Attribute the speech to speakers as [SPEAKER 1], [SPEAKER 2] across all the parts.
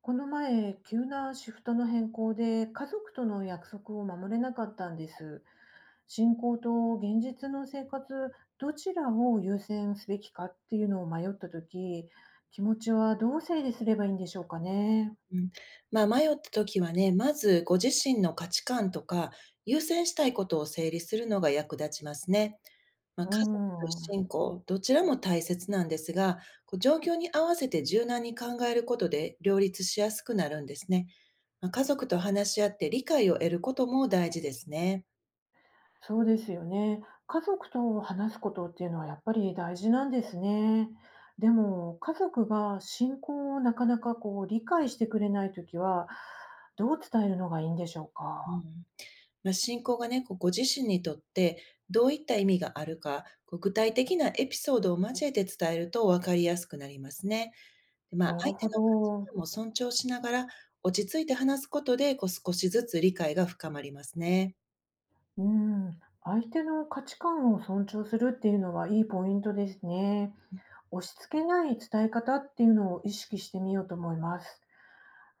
[SPEAKER 1] この前、急なシフトの変更で家族との約束を守れなかったんです。信仰と現実の生活、どちらを優先すべきかっていうのを迷った時、気持ちはどう整理すればいいんでしょうかね。
[SPEAKER 2] うん、まあ、迷った時はね、まずご自身の価値観とか、優先したいことを整理するのが役立ちますね。まあ、
[SPEAKER 1] う
[SPEAKER 2] 家族と
[SPEAKER 1] ん、
[SPEAKER 2] 信仰、どちらも大切なんですが、こう状況に合わせて柔軟に考えることで両立しやすくなるんですね。まあ、家族と話し合って理解を得ることも大事ですね。
[SPEAKER 1] そうですよね。家族と話すことっていうのはやっぱり大事なんですね。でも、家族が信仰をなかなか理解してくれない時は、どう伝えるのがいいんでしょう
[SPEAKER 2] う
[SPEAKER 1] か。
[SPEAKER 2] ん。まあ、信仰がね、こうご自身にとってどういった意味があるか、こう具体的なエピソードを交えて伝えると分かりやすくなりますね。で、まあ、
[SPEAKER 1] なる
[SPEAKER 2] 相手
[SPEAKER 1] ほ
[SPEAKER 2] の価値
[SPEAKER 1] ど。
[SPEAKER 2] 観も尊重しながら、落ち着いて話すことで、こう、少しずつ理解が深まりますね。
[SPEAKER 1] うん。相手の価値観を尊重するっていうのはいいポイントですね。押し付けない伝え方っていうのを意識してみようと思います。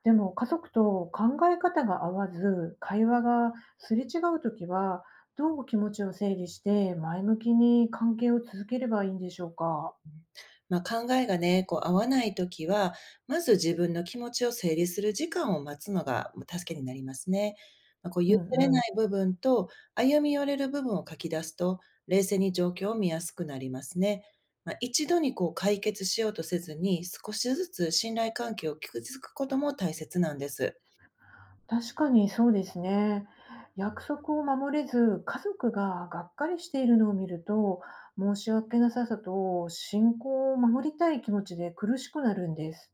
[SPEAKER 1] でも家族と考え方が合わず、会話がすれ違うときは、どう気持ちを整理して前向きに関係を続ければいいんでしょうか。
[SPEAKER 2] うん、まあ、考えがね、こう、合わないときは、まず自分の気持ちを整理する時間を待つのがまあ助けになりますね。まあ、こう、
[SPEAKER 1] う
[SPEAKER 2] 譲
[SPEAKER 1] ん
[SPEAKER 2] れ
[SPEAKER 1] う
[SPEAKER 2] ない
[SPEAKER 1] ん。
[SPEAKER 2] 部分と、歩み寄れる部分を書き出すと、冷静に状況を見やすくなりますね。まあ、一度にこう解決しようとせずに、少しずつ信頼関係を築くことも大切なんです。
[SPEAKER 1] 確かにそうですね。約束を守れず、家族ががっかりしているのを見ると、申し訳なささと信仰を守りたい気持ちで苦しくなるんです。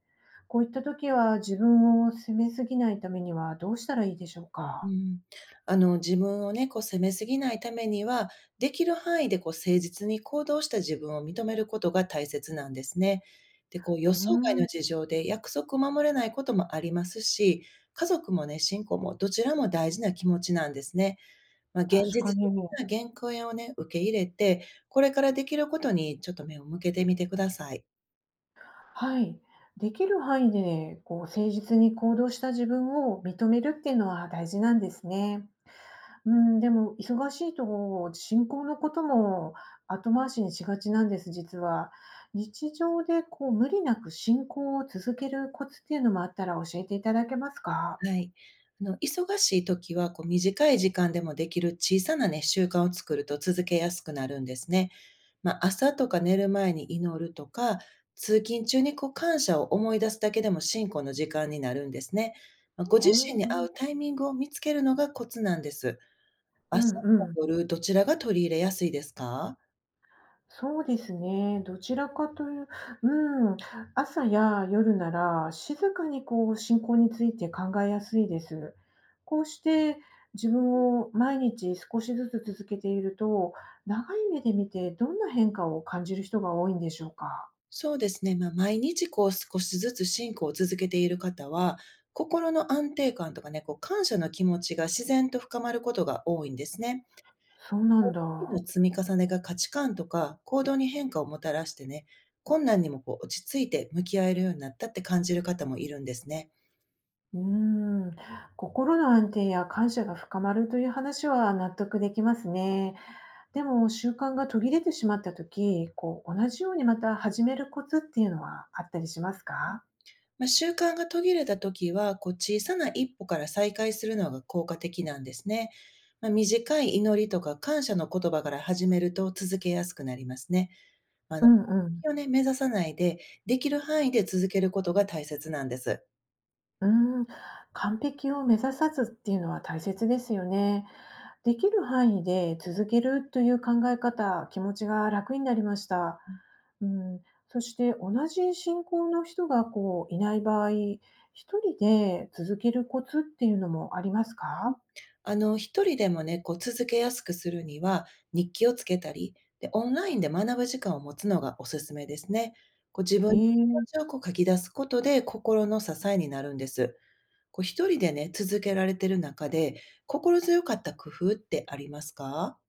[SPEAKER 1] こういった時は自分を責めすぎないためにはどうしたらいいでしょう
[SPEAKER 2] う
[SPEAKER 1] か。
[SPEAKER 2] ん、あの自分をね、こう責めすぎないためには、できる範囲でこう誠実に行動した自分を認めることが大切なんですね。で、こう予
[SPEAKER 1] う
[SPEAKER 2] 想外の
[SPEAKER 1] ん、
[SPEAKER 2] 事情で約束を守れないこともありますし、家族もね、信仰もどちらも大事な気持ちなんですね。まあ、現
[SPEAKER 1] 確
[SPEAKER 2] 実
[SPEAKER 1] かに。
[SPEAKER 2] 的な限界をね、受け入れて、これからできることにちょっと目を向けてみてください。
[SPEAKER 1] はい。できる範囲でね、誠実に行動した自分を認めるっていうのは大事なんですね。うん、でも忙しいと進行のことも後回しにしがちなんです、実は。日常で無理なく進行を続けるコツっていうのもあったら教えていただけますか？
[SPEAKER 2] はい。あの忙しい時はこう短い時間でもできる小さな、ね、習慣を作ると続けやすくなるんですね。まあ、朝とか寝る前に祈るとか、通勤中にこう感謝を思い出すだけでも信仰の時間になるんですね。まあ、ご自
[SPEAKER 1] ほ
[SPEAKER 2] 身に合
[SPEAKER 1] ん、
[SPEAKER 2] うタイミングを見つけるのがコツなんです。
[SPEAKER 1] う
[SPEAKER 2] 朝か
[SPEAKER 1] んうん、
[SPEAKER 2] 夜、どちらが取り入れやすいですか？
[SPEAKER 1] そうですね。どちらかという、うん、朝や夜なら静かに進行について考えやすいです。こうして自分を毎日少しずつ続けていると、長い目で見てどんな変化を感じる人が多いんでしょうか。
[SPEAKER 2] そうですね、まあ、毎日こう少しずつ進行を続けている方は、心の安定感とかね、こう感謝の気持ちが自然と深まることが多いんですね。
[SPEAKER 1] そうなん
[SPEAKER 2] 日々
[SPEAKER 1] だ。
[SPEAKER 2] の積み重ねが価値観とか行動に変化をもたらしてね、困難にもこう落ち着いて向き合えるようになったって感じる方もいるんですね。
[SPEAKER 1] うーん、心の安定や感謝が深まるという話は納得できますね。でも習慣が途切れてしまった時、こう同じようにまた始めるコツっていうのはあったりしますか？
[SPEAKER 2] まあ、習慣が途切れた時は、こう小さな一歩から再開するのが効果的なんですね。まあ、短い祈りとか感謝の言葉から始めると続けやすくなりますね。まあ
[SPEAKER 1] う
[SPEAKER 2] の、
[SPEAKER 1] ん
[SPEAKER 2] 完
[SPEAKER 1] うん。
[SPEAKER 2] 璧をね、目指さないで、できる範囲で続けることが大切なんです。
[SPEAKER 1] うーん、完璧を目指さずっていうのは大切ですよね。できる範囲で続けるという考え方、気持ちが楽になりました。うん、そして同じ信仰の人がいない場合、一人で続けるコツっていうのもありますか？
[SPEAKER 2] あの、一人でもね、こう続けやすくするには、日記をつけたり、で、オンラインで学ぶ時間を持つのがおすすめですね。こう自分
[SPEAKER 1] へ
[SPEAKER 2] の気持
[SPEAKER 1] え。
[SPEAKER 2] ちをこう書き出すことで心の支えになるんです。こう一人でね、続けられてる中で、心強かった工夫ってありますか？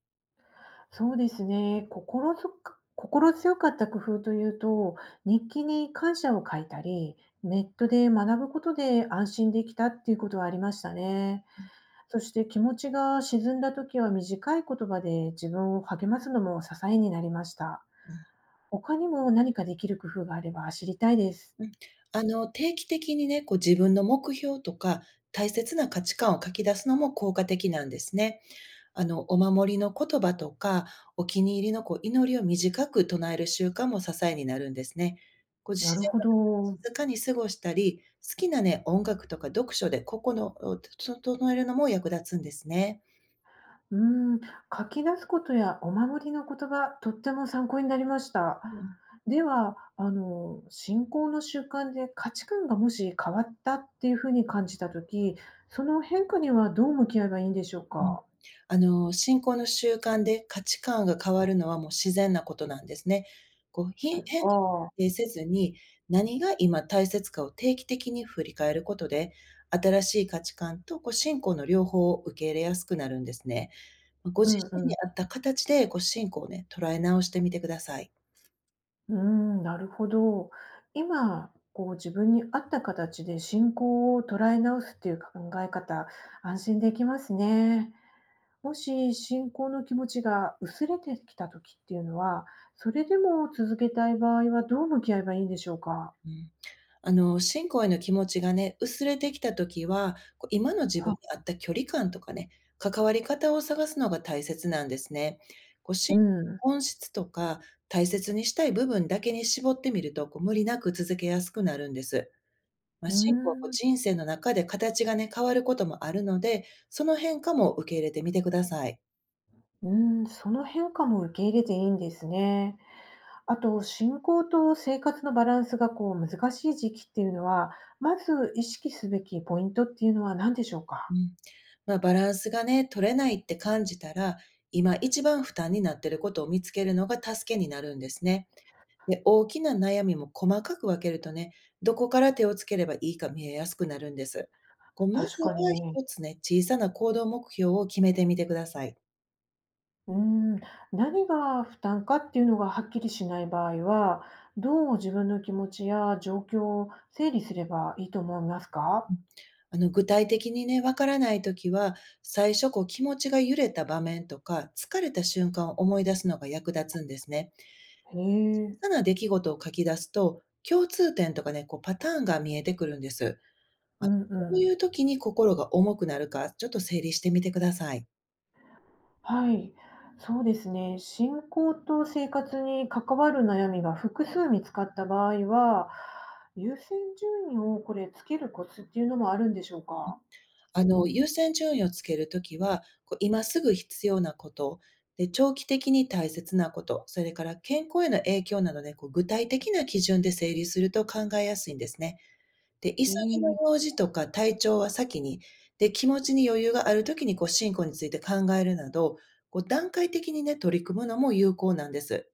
[SPEAKER 1] そうですね。心強かった工夫というと、日記に感謝を書いたり、ネットで学ぶことで安心できたっていうことはありましたね。そして気持ちが沈んだ時は短い言葉で自分を励ますのも支えになりました。
[SPEAKER 2] う
[SPEAKER 1] 他にも何かできる工夫があれば知りたいです。
[SPEAKER 2] んうん。あの、定期的にね、こう自分の目標とか、大切な価値観を書き出すのも効果的なんですね。あの、お守りの言葉とか、お気に入りのこう祈りを短く唱える習慣も支えになるんですね。ご自
[SPEAKER 1] なる
[SPEAKER 2] 身
[SPEAKER 1] ほ
[SPEAKER 2] が
[SPEAKER 1] ど。
[SPEAKER 2] 静かに過ごしたり、好きなね、音楽とか読書で心を整えるのも役立つんですね。
[SPEAKER 1] うーん、書き出すことやお守りの言葉、とっても参考になりました。
[SPEAKER 2] うん。
[SPEAKER 1] では、信仰の習慣で価値観がもし変わったっていうふうに感じたとき、その変化にはどう向き合えばいいんでしょう
[SPEAKER 2] うん。
[SPEAKER 1] か。
[SPEAKER 2] あの、信仰の習慣で価値観が変わるのはもう自然なことなんですね。こう、変化
[SPEAKER 1] ああ、
[SPEAKER 2] にせずに、何が今大切かを定期的に振り返ることで、新しい価値観とこう信仰の両方を受け入れやすくなるんですね。ご
[SPEAKER 1] う
[SPEAKER 2] 自
[SPEAKER 1] ん
[SPEAKER 2] 身
[SPEAKER 1] う
[SPEAKER 2] に合
[SPEAKER 1] ん。
[SPEAKER 2] った形でこう信仰をね、捉え直してみてください。
[SPEAKER 1] うん、なるほど。今、こう自分に合った形で信仰を捉え直すっていう考え方、安心できますね。もし信仰の気持ちが薄れてきた時っていうのは、それでも続けたい場合はどう向き合えばいいんでしょうか？
[SPEAKER 2] うん。あの、信仰への気持ちがね、薄れてきた時は、こう今の自分に
[SPEAKER 1] は、
[SPEAKER 2] 合った距離感とかね、関わり方を探すのが大切なんですね。こう
[SPEAKER 1] うん。
[SPEAKER 2] 本質とか大切にしたい部分だけに絞ってみると、こう無理なく続けやすくなるんです。まあ、
[SPEAKER 1] うー
[SPEAKER 2] 信仰はこう
[SPEAKER 1] ん。
[SPEAKER 2] 人生の中で形がね、変わることもあるので、その変化も受け入れてみてください。
[SPEAKER 1] うーん、その変化も受け入れていいんですね。あと信仰と生活のバランスが難しい時期っていうのは、まず意識すべきポイントっていうのは何でしょう
[SPEAKER 2] う
[SPEAKER 1] か？
[SPEAKER 2] ん。まあ、バランスがね、取れないって感じたら、今一番負担になっていることを見つけるのが助けになるんですね。で、大きな悩みも細かく分けるとね、どこから手をつければいいか見えやすくなるんです。こう、ま
[SPEAKER 1] 確
[SPEAKER 2] ずは
[SPEAKER 1] かに。
[SPEAKER 2] 一つね、小さな行動目標を決めてみてください。
[SPEAKER 1] うーん、何が負担かっていうのがはっきりしない場合は、どう自分の気持ちや状況を整理すればいいと思います
[SPEAKER 2] う
[SPEAKER 1] か？
[SPEAKER 2] ん、あの、具体的にね、わからないときは、最初こう気持ちが揺れた場面とか、疲れた瞬間を思い出すのが役立つんですね。
[SPEAKER 1] へ
[SPEAKER 2] 小
[SPEAKER 1] え、
[SPEAKER 2] さな出来事を書き出すと、共通点とかね、こうパターンが見えてくるんです。あ、
[SPEAKER 1] う
[SPEAKER 2] こ
[SPEAKER 1] ん
[SPEAKER 2] う
[SPEAKER 1] う
[SPEAKER 2] いう
[SPEAKER 1] ん。
[SPEAKER 2] 時に心が重くなるか、ちょっと整理してみてください。
[SPEAKER 1] はい、そうですね。信仰と生活に関わる悩みが複数見つかった場合は、優先順位をこれつけるコツっていうのもあるんでしょうか？
[SPEAKER 2] あの、優先順位をつけるときは、こう今すぐ必要なこと、で、長期的に大切なこと、それから健康への影響などね、こう具体的な基準で整理すると考えやすいんですね。で、急
[SPEAKER 1] へ
[SPEAKER 2] ぎの
[SPEAKER 1] え、
[SPEAKER 2] 用事とか体調は先に、で、気持ちに余裕があるときにこう進行について考えるなど、こう段階的にね、取り組むのも有効なんです。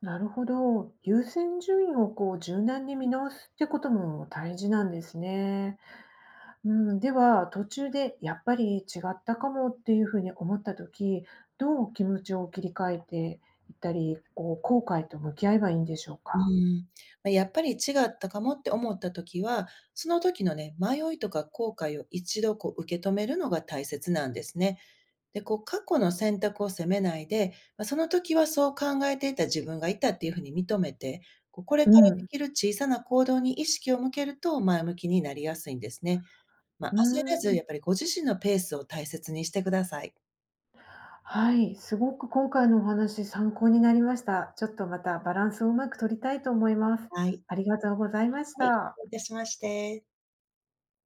[SPEAKER 1] なるほど。優先順位を柔軟に見直すってことも大事なんですね。うん、では途中でやっぱり違ったかもっていうふうに思った時、どう気持ちを切り替えていったり、こう後悔と向き合えばいいんでしょう
[SPEAKER 2] う
[SPEAKER 1] か？
[SPEAKER 2] ん。ま、やっぱり違ったかもって思った時は、その時のね、迷いとか後悔を一度こう受け止めるのが大切なんですね。で、こう過去の選択を責めないで、まあ、その時はそう考えていた自分がいたっていうふうに認めて、こうこれ
[SPEAKER 1] う
[SPEAKER 2] から
[SPEAKER 1] ん、
[SPEAKER 2] で
[SPEAKER 1] う
[SPEAKER 2] きる小さな行動に意識を向けると前向きになりやすいんですね。まあ、
[SPEAKER 1] ー
[SPEAKER 2] 焦らず
[SPEAKER 1] ん、
[SPEAKER 2] やっぱりご自身のペースを大切にしてください。
[SPEAKER 1] はい、すごく今回のお話参考になりました。ちょっとまたバランスをうまく取りたいと思います。
[SPEAKER 2] はい。
[SPEAKER 1] ありがとうございまし
[SPEAKER 2] はい、
[SPEAKER 1] た。
[SPEAKER 2] どういたしまして。